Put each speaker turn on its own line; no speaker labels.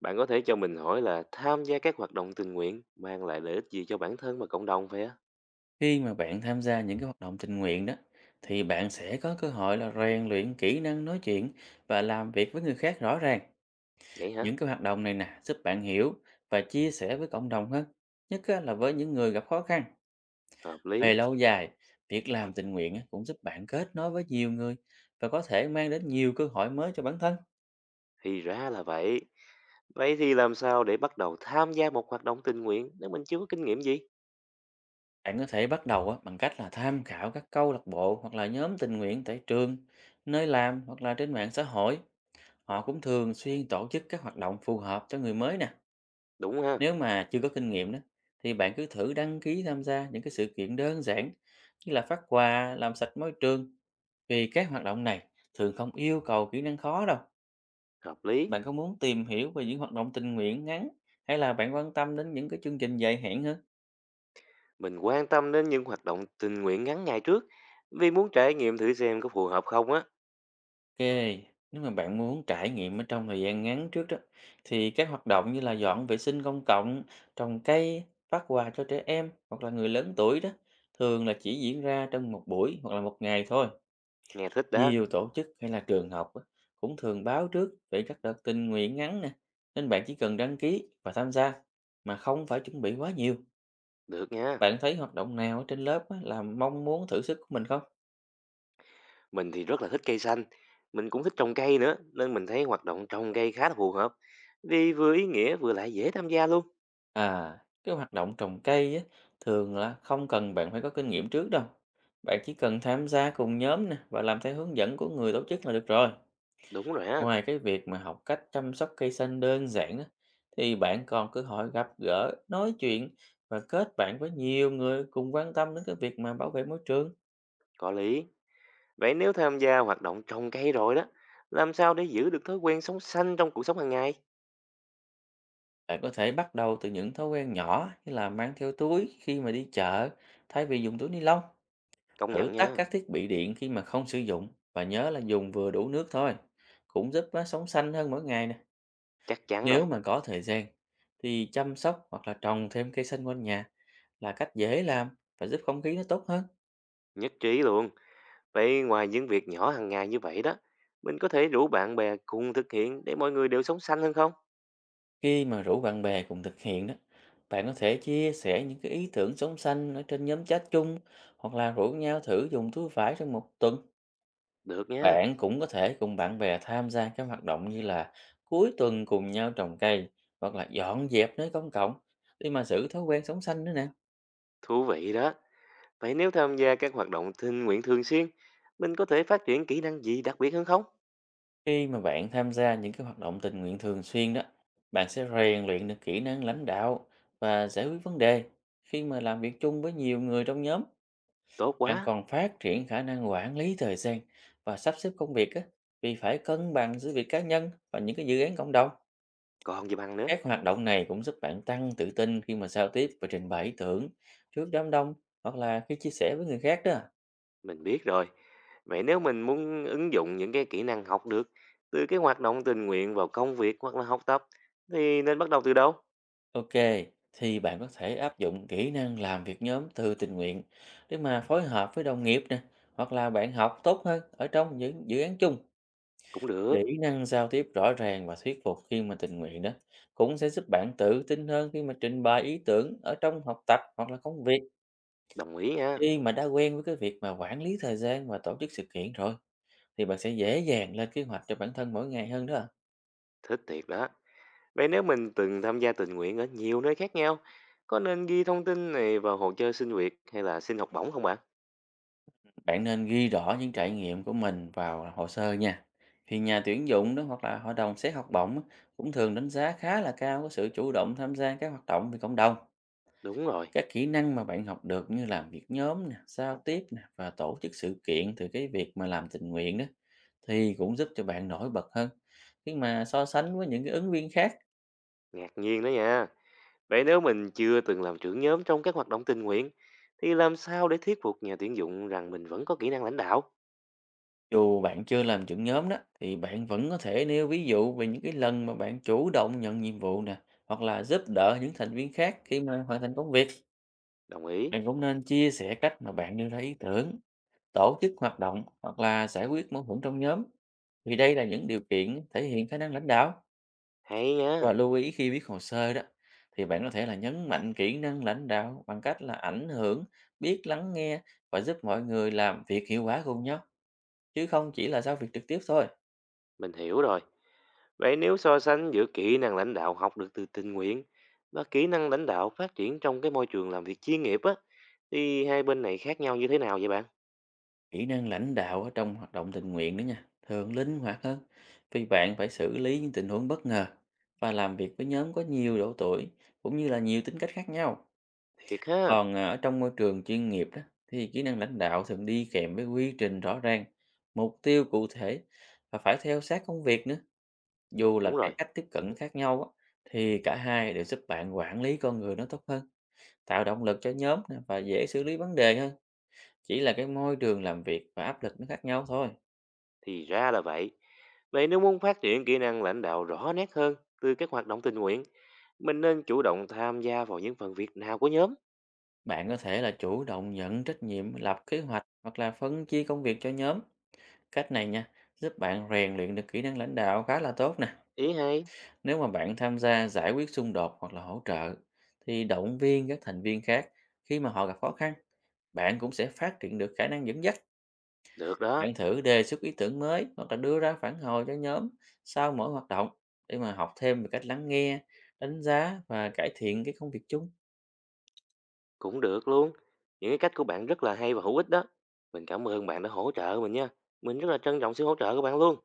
Bạn có thể cho mình hỏi là tham gia các hoạt động tình nguyện mang lại lợi ích gì cho bản thân và cộng đồng vậy á?
Khi mà bạn tham gia những cái hoạt động tình nguyện đó thì bạn sẽ có cơ hội là rèn luyện kỹ năng nói chuyện và làm việc với người khác rõ ràng.
Vậy hả?
Những cái hoạt động này nè giúp bạn hiểu và chia sẻ với cộng đồng hơn, nhất á là với những người gặp khó khăn.
Hợp
Về
lý.
lâu dài, việc làm tình nguyện á cũng giúp bạn kết nối với nhiều người và có thể mang đến nhiều cơ hội mới cho bản thân.
Thì ra là vậy. Vậy thì làm sao để bắt đầu tham gia một hoạt động tình nguyện nếu mình chưa có kinh nghiệm gì?
Bạn có thể bắt đầu á bằng cách là tham khảo các câu lạc bộ hoặc là nhóm tình nguyện tại trường, nơi làm hoặc là trên mạng xã hội. Họ cũng thường xuyên tổ chức các hoạt động phù hợp cho người mới nè.
Đúng ha?
Nếu mà chưa có kinh nghiệm đó, thì bạn cứ thử đăng ký tham gia những cái sự kiện đơn giản như là phát quà, làm sạch môi trường. Vì các hoạt động này thường không yêu cầu kỹ năng khó đâu.
Hợp lý.
Bạn có muốn tìm hiểu về những hoạt động tình nguyện ngắn hay là bạn quan tâm đến những cái chương trình dài hạn hơn?
Mình quan tâm đến những hoạt động tình nguyện ngắn ngày trước vì muốn trải nghiệm thử xem có phù hợp không á.
Ok, nếu mà bạn muốn trải nghiệm ở trong thời gian ngắn trước đó, thì các hoạt động như là dọn vệ sinh công cộng, trồng cây, phát quà cho trẻ em hoặc là người lớn tuổi đó, thường là chỉ diễn ra trong một buổi hoặc là một ngày thôi.
Nghe thích đó.
Nhiều tổ chức hay là trường học á, cũng thường báo trước về các đợt tình nguyện ngắn nè, nên bạn chỉ cần đăng ký và tham gia mà không phải chuẩn bị quá nhiều.
Được nha.
Bạn thấy hoạt động nào ở trên lớp á, là mong muốn thử sức của mình không?
Mình thì rất là thích cây xanh. Mình cũng thích trồng cây nữa nên mình thấy hoạt động trồng cây khá là phù hợp. Vì vừa ý nghĩa vừa lại dễ tham gia luôn.
À, cái hoạt động trồng cây á, thường là không cần bạn phải có kinh nghiệm trước đâu. Bạn chỉ cần tham gia cùng nhóm nè và làm theo hướng dẫn của người tổ chức là được rồi.
Đúng rồi ha.
Ngoài cái việc mà học cách chăm sóc cây xanh đơn giản á, thì bạn còn cơ hội gặp gỡ, nói chuyện và kết bạn với nhiều người cùng quan tâm đến cái việc mà bảo vệ môi trường.
Có lý. Vậy nếu tham gia hoạt động trồng cây rồi đó, làm sao để giữ được thói quen sống xanh trong cuộc sống hàng ngày?
Bạn có thể bắt đầu từ những thói quen nhỏ như là mang theo túi khi mà đi chợ thay vì dùng túi ni lông.
Công
Thử
nhận
tắt
nha,
các thiết bị điện khi mà không sử dụng và nhớ là dùng vừa đủ nước thôi. Cũng giúp á, sống xanh hơn mỗi ngày nè.
chắc chắn rồi,
Nếu mà có thời gian thì chăm sóc hoặc là trồng thêm cây xanh quanh nhà là cách dễ làm và giúp không khí nó tốt hơn.
nhất trí luôn. Vậy ngoài những việc nhỏ hàng ngày như vậy đó, mình có thể rủ bạn bè cùng thực hiện để mọi người đều sống xanh hơn không?
Khi mà rủ bạn bè cùng thực hiện đó, bạn có thể chia sẻ những cái ý tưởng sống xanh ở trên nhóm chat chung hoặc là rủ nhau thử dùng túi vải trong một tuần.
Được nha,
Bạn cũng có thể cùng bạn bè tham gia các hoạt động như là cuối tuần cùng nhau trồng cây hoặc là dọn dẹp nơi công cộng để mà giữ thói quen sống xanh nữa nè.
thú vị đó. Vậy nếu tham gia các hoạt động tình nguyện thường xuyên, mình có thể phát triển kỹ năng gì đặc biệt hơn không?
Khi mà bạn tham gia những cái hoạt động tình nguyện thường xuyên đó, bạn sẽ rèn luyện được kỹ năng lãnh đạo và giải quyết vấn đề khi mà làm việc chung với nhiều người trong nhóm.
Tốt
Bạn
quá,
còn phát triển khả năng quản lý thời gian và sắp xếp công việc á, vì phải cân bằng giữa việc cá nhân và những cái dự án cộng đồng.
còn gì bằng nữa.
Các hoạt động này cũng giúp bạn tăng tự tin khi mà giao tiếp và trình bày ý tưởng trước đám đông hoặc là khi chia sẻ với người khác đó.
Mình biết rồi. Vậy nếu mình muốn ứng dụng những cái kỹ năng học được từ cái hoạt động tình nguyện vào công việc hoặc là học tập thì nên bắt đầu từ đâu?
Ok, thì bạn có thể áp dụng kỹ năng làm việc nhóm từ tình nguyện để mà phối hợp với đồng nghiệp nè, hoặc là bạn học tốt hơn ở trong những dự án chung.
Cũng được,
Kỹ năng giao tiếp rõ ràng và thuyết phục khi mà tình nguyện đó cũng sẽ giúp bạn tự tin hơn khi mà trình bày ý tưởng ở trong học tập hoặc là công việc,
đồng ý nha,
khi mà đã quen với cái việc mà quản lý thời gian và tổ chức sự kiện rồi, thì bạn sẽ dễ dàng lên kế hoạch cho bản thân mỗi ngày hơn đó.
thích thiệt đó. Vậy nếu mình từng tham gia tình nguyện ở nhiều nơi khác nhau, có nên ghi thông tin này vào hồ sơ xin việc hay là xin học bổng không bạn?
Bạn nên ghi rõ những trải nghiệm của mình vào hồ sơ nha. Thì nhà tuyển dụng đó hoặc là hội đồng xét học bổng á, cũng thường đánh giá khá là cao cái sự chủ động tham gia các hoạt động vì cộng đồng.
Đúng rồi,
Các kỹ năng mà bạn học được như làm việc nhóm nè, giao tiếp nè và tổ chức sự kiện từ cái việc mà làm tình nguyện đó thì cũng giúp cho bạn nổi bật hơn khi mà so sánh với những cái ứng viên khác.
ngạc nhiên đó nha. Vậy nếu mình chưa từng làm trưởng nhóm trong các hoạt động tình nguyện thì làm sao để thuyết phục nhà tuyển dụng rằng mình vẫn có kỹ năng lãnh đạo?
Dù bạn chưa làm trưởng nhóm đó thì bạn vẫn có thể nêu ví dụ về những cái lần mà bạn chủ động nhận nhiệm vụ nè hoặc là giúp đỡ những thành viên khác khi mà hoàn thành công việc.
Đồng ý,
Bạn cũng nên chia sẻ cách mà bạn đưa ra ý tưởng, tổ chức hoạt động hoặc là giải quyết mâu thuẫn trong nhóm. Vì đây là những điều kiện thể hiện khả năng lãnh đạo.
hay
Và
nha.
lưu ý khi viết hồ sơ đó thì bạn có thể là nhấn mạnh kỹ năng lãnh đạo bằng cách là ảnh hưởng, biết lắng nghe và giúp mọi người làm việc hiệu quả cùng nhau, chứ không chỉ là giao việc trực tiếp thôi.
Mình hiểu rồi. Vậy nếu so sánh giữa kỹ năng lãnh đạo học được từ tình nguyện và kỹ năng lãnh đạo phát triển trong cái môi trường làm việc chuyên nghiệp á, thì hai bên này khác nhau như thế nào vậy bạn?
Kỹ năng lãnh đạo ở trong hoạt động tình nguyện nữa nha, thường linh hoạt hơn vì bạn phải xử lý những tình huống bất ngờ và làm việc với nhóm có nhiều độ tuổi cũng như là nhiều tính cách khác nhau.
Thiệt ha.
Còn à, ở trong môi trường chuyên nghiệp đó thì kỹ năng lãnh đạo thường đi kèm với quy trình rõ ràng, mục tiêu cụ thể và phải theo sát công việc nữa. Dù là
Đúng rồi,
cái cách tiếp cận khác nhau á, thì cả hai đều giúp bạn quản lý con người nó tốt hơn, tạo động lực cho nhóm nè và dễ xử lý vấn đề hơn. Chỉ là cái môi trường làm việc và áp lực nó khác nhau thôi.
thì ra là vậy. Vậy nếu muốn phát triển kỹ năng lãnh đạo rõ nét hơn từ các hoạt động tình nguyện, mình nên chủ động tham gia vào những phần việc nào của nhóm?
Bạn có thể là chủ động nhận trách nhiệm, lập kế hoạch hoặc là phân chia công việc cho nhóm. Cách này nha, giúp bạn rèn luyện được kỹ năng lãnh đạo khá là tốt nè.
Ý hay.
Nếu mà bạn tham gia giải quyết xung đột hoặc là hỗ trợ, thì động viên các thành viên khác khi mà họ gặp khó khăn, bạn cũng sẽ phát triển được khả năng dẫn dắt.
Được đó,
Bạn thử đề xuất ý tưởng mới hoặc là đưa ra phản hồi cho nhóm sau mỗi hoạt động để mà học thêm về cách lắng nghe, đánh giá và cải thiện cái công việc chung.
cũng được luôn. Những cái cách của bạn rất là hay và hữu ích đó. Mình cảm ơn bạn đã hỗ trợ mình nha. Mình rất là trân trọng sự hỗ trợ của bạn luôn.